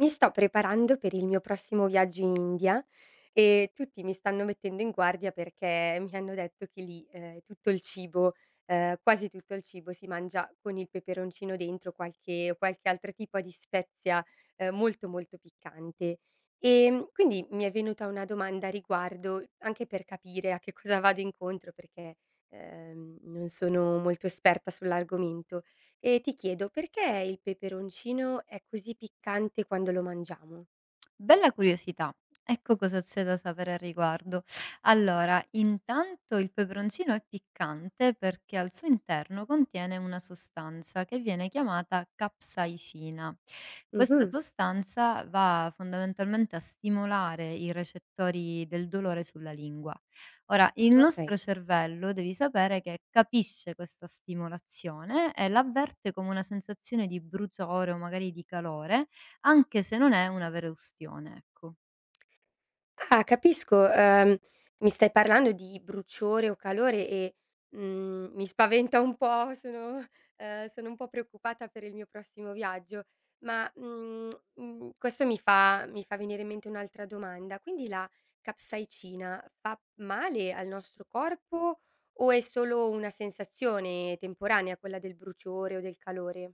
Mi sto preparando per il mio prossimo viaggio in India, e tutti mi stanno mettendo in guardia perché mi hanno detto che lì quasi tutto il cibo si mangia con il peperoncino dentro, qualche altro tipo di spezia molto molto piccante. E quindi mi è venuta una domanda a riguardo, anche per capire a che cosa vado incontro, perché non sono molto esperta sull'argomento. E ti chiedo, perché il peperoncino è così piccante quando lo mangiamo? Bella curiosità. Ecco cosa c'è da sapere al riguardo. Allora, intanto il peperoncino è piccante perché al suo interno contiene una sostanza che viene chiamata capsaicina. Questa Mh-mh. sostanza va fondamentalmente a stimolare i recettori del dolore sulla lingua. Ora, il Okay. nostro cervello, devi sapere che capisce questa stimolazione e l'avverte come una sensazione di bruciore o magari di calore anche se non è una vera ustione, ecco. Ah, capisco, mi stai parlando di bruciore o calore e, mi spaventa un po', sono un po' preoccupata per il mio prossimo viaggio, ma, questo mi fa venire in mente un'altra domanda. Quindi la capsaicina fa male al nostro corpo o è solo una sensazione temporanea quella del bruciore o del calore?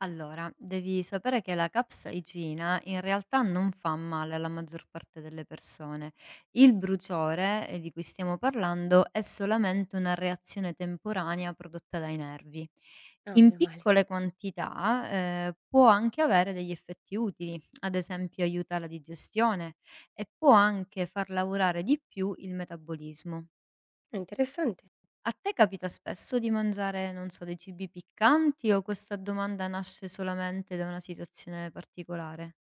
Allora, devi sapere che la capsaicina in realtà non fa male alla maggior parte delle persone. Il bruciore di cui stiamo parlando è solamente una reazione temporanea prodotta dai nervi. Ah, In meno male. piccole quantità, può anche avere degli effetti utili, ad esempio aiuta la digestione e può anche far lavorare di più il metabolismo. È interessante. A te capita spesso di mangiare, non so, dei cibi piccanti o questa domanda nasce solamente da una situazione particolare?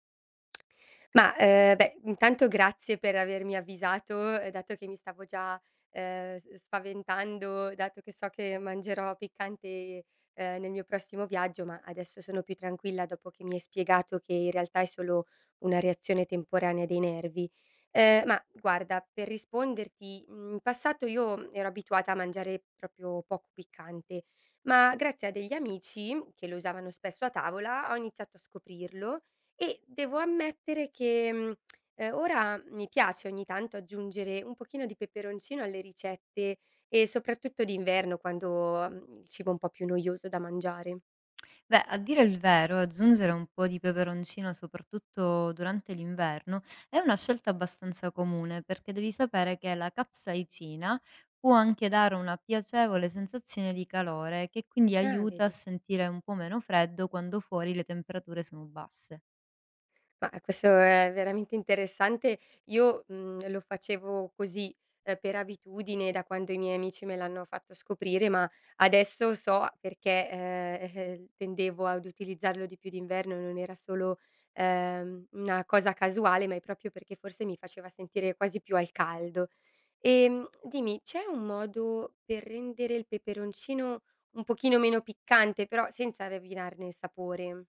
Ma, beh, intanto grazie per avermi avvisato, dato che mi stavo già, s spaventando, dato che so che mangerò piccante, nel mio prossimo viaggio, ma adesso sono più tranquilla dopo che mi hai spiegato che in realtà è solo una reazione temporanea dei nervi. Ma guarda, per risponderti, in passato io ero abituata a mangiare proprio poco piccante, ma grazie a degli amici che lo usavano spesso a tavola ho iniziato a scoprirlo e devo ammettere che, ora mi piace ogni tanto aggiungere un pochino di peperoncino alle ricette e soprattutto d'inverno quando, il cibo è un po' più noioso da mangiare. Beh, a dire il vero, aggiungere un po' di peperoncino, soprattutto durante l'inverno, è una scelta abbastanza comune perché devi sapere che la capsaicina può anche dare una piacevole sensazione di calore che quindi Ah, aiuta a vedi. sentire un po' meno freddo quando fuori le temperature sono basse. Ma questo è veramente interessante. Io, lo facevo così, per abitudine da quando i miei amici me l'hanno fatto scoprire, ma adesso so perché, tendevo ad utilizzarlo di più d'inverno, non era solo, una cosa casuale, ma è proprio perché forse mi faceva sentire quasi più al caldo. Dimmi, c'è un modo per rendere il peperoncino un pochino meno piccante, però senza rovinarne il sapore?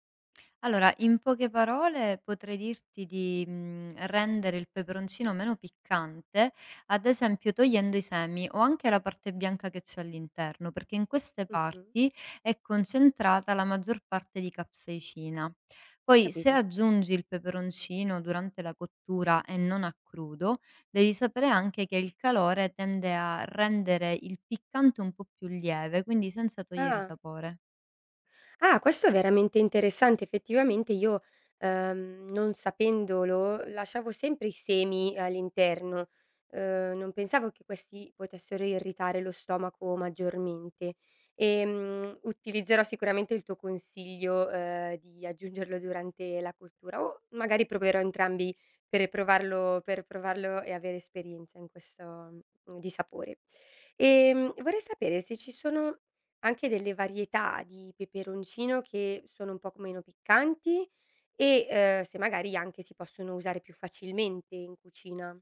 Allora, in poche parole potrei dirti di, rendere il peperoncino meno piccante, ad esempio togliendo i semi o anche la parte bianca che c'è all'interno, perché in queste Mh-mh. parti è concentrata la maggior parte di capsaicina. Poi se Capito. aggiungi il peperoncino durante la cottura e non a crudo, devi sapere anche che il calore tende a rendere il piccante un po' più lieve, quindi senza togliere Ah. sapore. Ah, questo è veramente interessante. Effettivamente io, non sapendolo, lasciavo sempre i semi all'interno. Non pensavo che questi potessero irritare lo stomaco maggiormente. Utilizzerò sicuramente il tuo consiglio, di aggiungerlo durante la cottura o magari proverò entrambi per provarlo e avere esperienza in questo di sapore. Vorrei sapere se ci sono anche delle varietà di peperoncino che sono un poco meno piccanti e, se magari anche si possono usare più facilmente in cucina.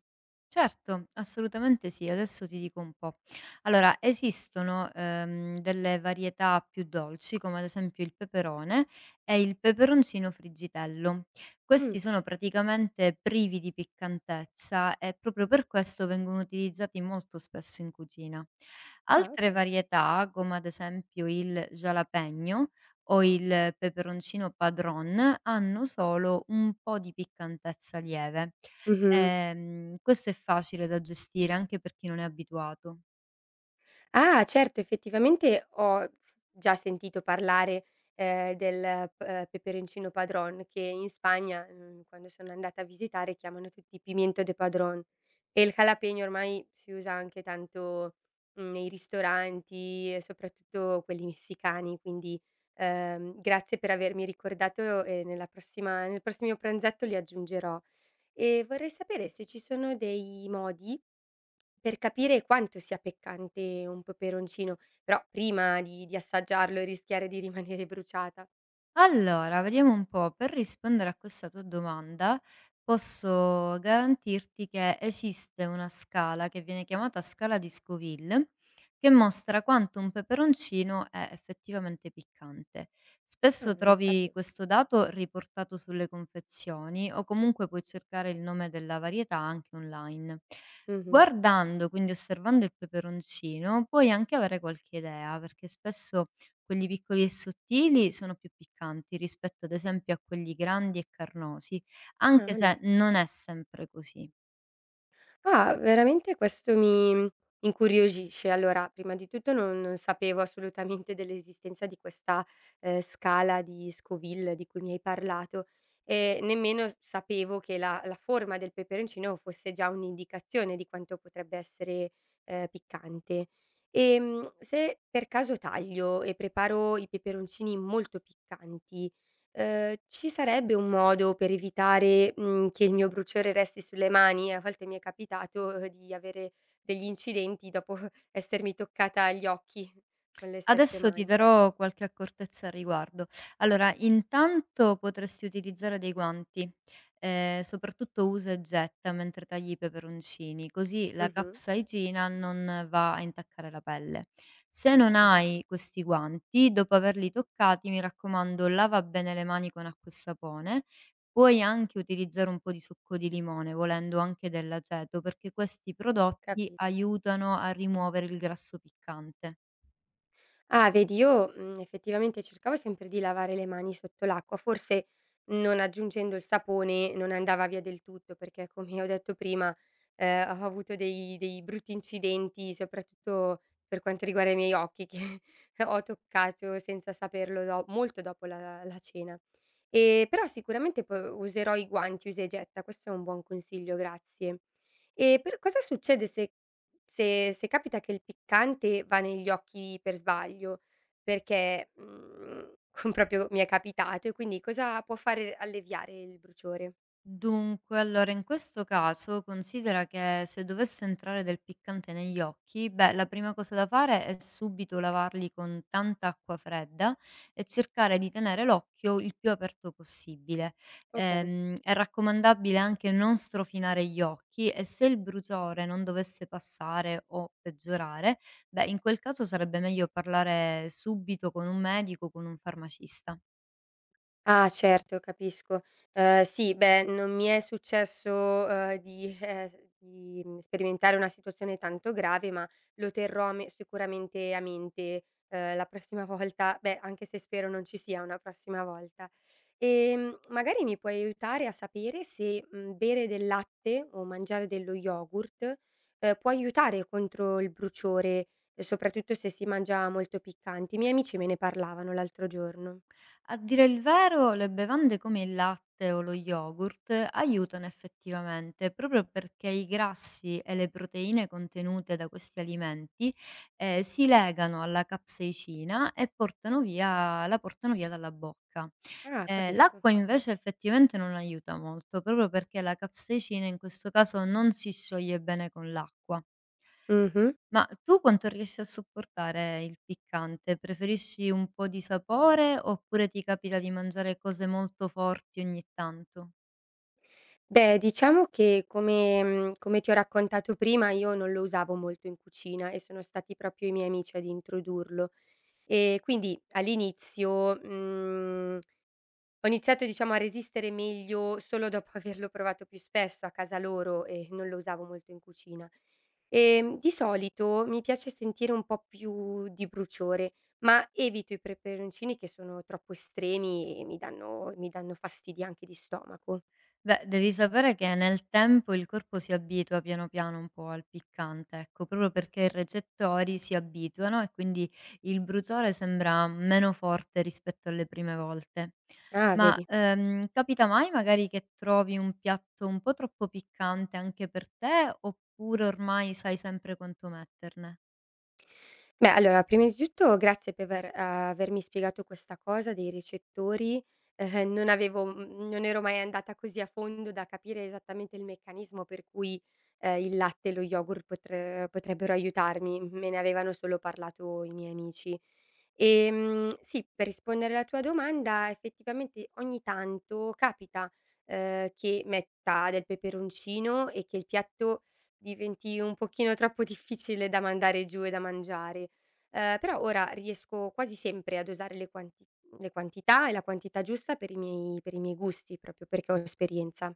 Certo, assolutamente sì, adesso ti dico un po'. Allora, esistono, delle varietà più dolci, come ad esempio il peperone e il peperoncino friggitello. Questi Mh. sono praticamente privi di piccantezza e proprio per questo vengono utilizzati molto spesso in cucina. Ah, Altre okay. varietà, come ad esempio il jalapeno o il peperoncino padron, hanno solo un po' di piccantezza lieve. Mh-mh. Questo è facile da gestire anche per chi non è abituato. Ah, certo, effettivamente ho s già sentito parlare, del p peperoncino padron che in Spagna, quando sono andata a visitare chiamano tutti pimiento de padrón. E il jalapeño ormai si usa anche tanto, nei ristoranti e soprattutto quelli messicani, quindi, grazie per avermi ricordato e nel prossimo pranzetto li aggiungerò. E vorrei sapere se ci sono dei modi per capire quanto sia peccante un peperoncino, però prima di assaggiarlo e rischiare di rimanere bruciata. Allora, vediamo un po', per rispondere a questa tua domanda, posso garantirti che esiste una scala che viene chiamata scala di Scoville, che mostra quanto un peperoncino è effettivamente piccante. Ah, Spesso non lo trovi sapevo. questo dato riportato sulle confezioni o comunque puoi cercare il nome della varietà anche online. Mh-mh. Guardando, quindi osservando il peperoncino, puoi anche avere qualche idea, perché spesso quelli piccoli e sottili sono più piccanti rispetto ad esempio a quelli grandi e carnosi, Ah, anche ma se dai. non è sempre così. Ah, veramente questo mi incuriosisce. Allora, prima di tutto non sapevo assolutamente dell'esistenza di questa, scala di Scoville di cui mi hai parlato, e nemmeno sapevo che la forma del peperoncino fosse già un'indicazione di quanto potrebbe essere, piccante. Se per caso taglio e preparo i peperoncini molto piccanti, ci sarebbe un modo per evitare, che il mio bruciore resti sulle mani? A volte mi è capitato, di avere degli incidenti dopo essermi toccata gli occhi con le stesse Adesso ti mani. darò qualche accortezza a riguardo. Allora, intanto potresti utilizzare dei guanti, soprattutto usa e getta mentre tagli i peperoncini, così la Mh-mh. capsaicina non va a intaccare la pelle. Se non Giusto. hai questi guanti, dopo averli toccati, mi raccomando, lava bene le mani con acqua e sapone. Puoi anche utilizzare un po' di succo di limone, volendo anche dell'aceto, perché questi prodotti Capito. aiutano a rimuovere il grasso piccante. Ah, vedi io, effettivamente cercavo sempre di lavare le mani sotto l'acqua, forse non aggiungendo il sapone non andava via del tutto, perché come ho detto prima, ho avuto dei brutti incidenti, soprattutto per quanto riguarda i miei occhi che ho toccato senza saperlo do molto dopo la cena. Però sicuramente po userò i guanti usa e getta, questo è un buon consiglio, grazie. E per cosa succede se capita che il piccante va negli occhi per sbaglio, perché, con proprio mi è capitato e quindi cosa può fare alleviare il bruciore? Dunque, allora in questo caso considera che se dovesse entrare del piccante negli occhi, beh, la prima cosa da fare è subito lavarli con tanta acqua fredda e cercare di tenere l'occhio il più aperto possibile. Okay. È raccomandabile anche non strofinare gli occhi e se il bruciore non dovesse passare o peggiorare, beh, in quel caso sarebbe meglio parlare subito con un medico o con un farmacista. Ah, certo, capisco. Sì, beh, non mi è successo, di sperimentare una situazione tanto grave, ma lo terrò a me sicuramente a mente, la prossima volta, beh, anche se spero non ci sia una prossima volta. Magari mi puoi aiutare a sapere se, bere del latte o mangiare dello yogurt, può aiutare contro il bruciore, soprattutto se si mangia molto piccanti. I miei amici me ne parlavano l'altro giorno. A dire il vero, le bevande come il latte o lo yogurt aiutano effettivamente, proprio perché i grassi e le proteine contenute da questi alimenti si legano alla capsaicina e la portano via dalla bocca. Ah, capisco. L'acqua invece effettivamente non aiuta molto, proprio perché la capsaicina in questo caso non si scioglie bene con l'acqua. Mh-mh. Ma tu quanto riesci a sopportare il piccante? Preferisci un po' di sapore oppure ti capita di mangiare cose molto forti ogni tanto? Beh, diciamo che come ti ho raccontato prima io non lo usavo molto in cucina e sono stati proprio i miei amici ad introdurlo. E quindi all'inizio, ho iniziato diciamo a resistere meglio solo dopo averlo provato più spesso a casa loro e non lo usavo molto in cucina. Di solito mi piace sentire un po' più di bruciore, ma evito i peperoncini che sono troppo estremi e mi danno fastidi anche di stomaco. Beh, devi sapere che nel tempo il corpo si abitua piano piano un po' al piccante, ecco, proprio perché i recettori si abituano e quindi il bruciore sembra meno forte rispetto alle prime volte. Ah, Ma vedi. Capita mai magari che trovi un piatto un po' troppo piccante anche per te, oppure ormai sai sempre quanto metterne? Beh, allora, prima di tutto grazie per avermi spiegato questa cosa dei ricettori. Non avevo mhmm, non ero mai andata così a fondo da capire esattamente il meccanismo per cui, il latte e lo yogurt potrebbero aiutarmi. Me ne avevano solo parlato i miei amici. Sì, per rispondere alla tua domanda, effettivamente ogni tanto capita, che metta del peperoncino e che il piatto diventi un pochino troppo difficile da mandare giù e da mangiare. Però ora riesco quasi sempre a dosare le quantità e la quantità giusta per i miei gusti, proprio perché ho esperienza.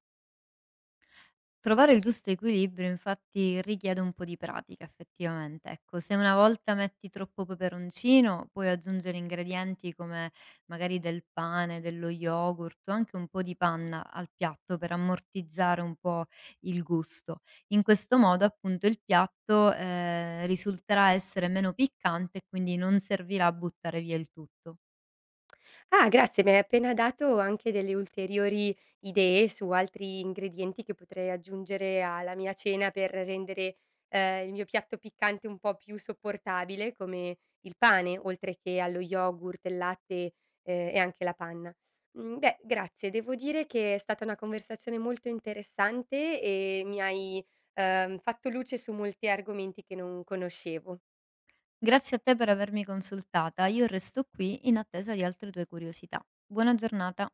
Trovare il giusto equilibrio infatti richiede un po' di pratica effettivamente, ecco. Se una volta metti troppo peperoncino, puoi aggiungere ingredienti come magari del pane, dello yogurt o anche un po' di panna al piatto per ammortizzare un po' il gusto. In questo modo appunto il piatto, risulterà essere meno piccante e quindi non servirà a buttare via il tutto. Ah, grazie, mi hai appena dato anche delle ulteriori idee su altri ingredienti che potrei aggiungere alla mia cena per rendere, il mio piatto piccante un po' più sopportabile, come il pane, oltre che allo yogurt, il latte, e anche la panna. Beh, grazie, devo dire che è stata una conversazione molto interessante e mi hai, fatto luce su molti argomenti che non conoscevo. Grazie a te per avermi consultata, io resto qui in attesa di altre tue curiosità. Buona giornata.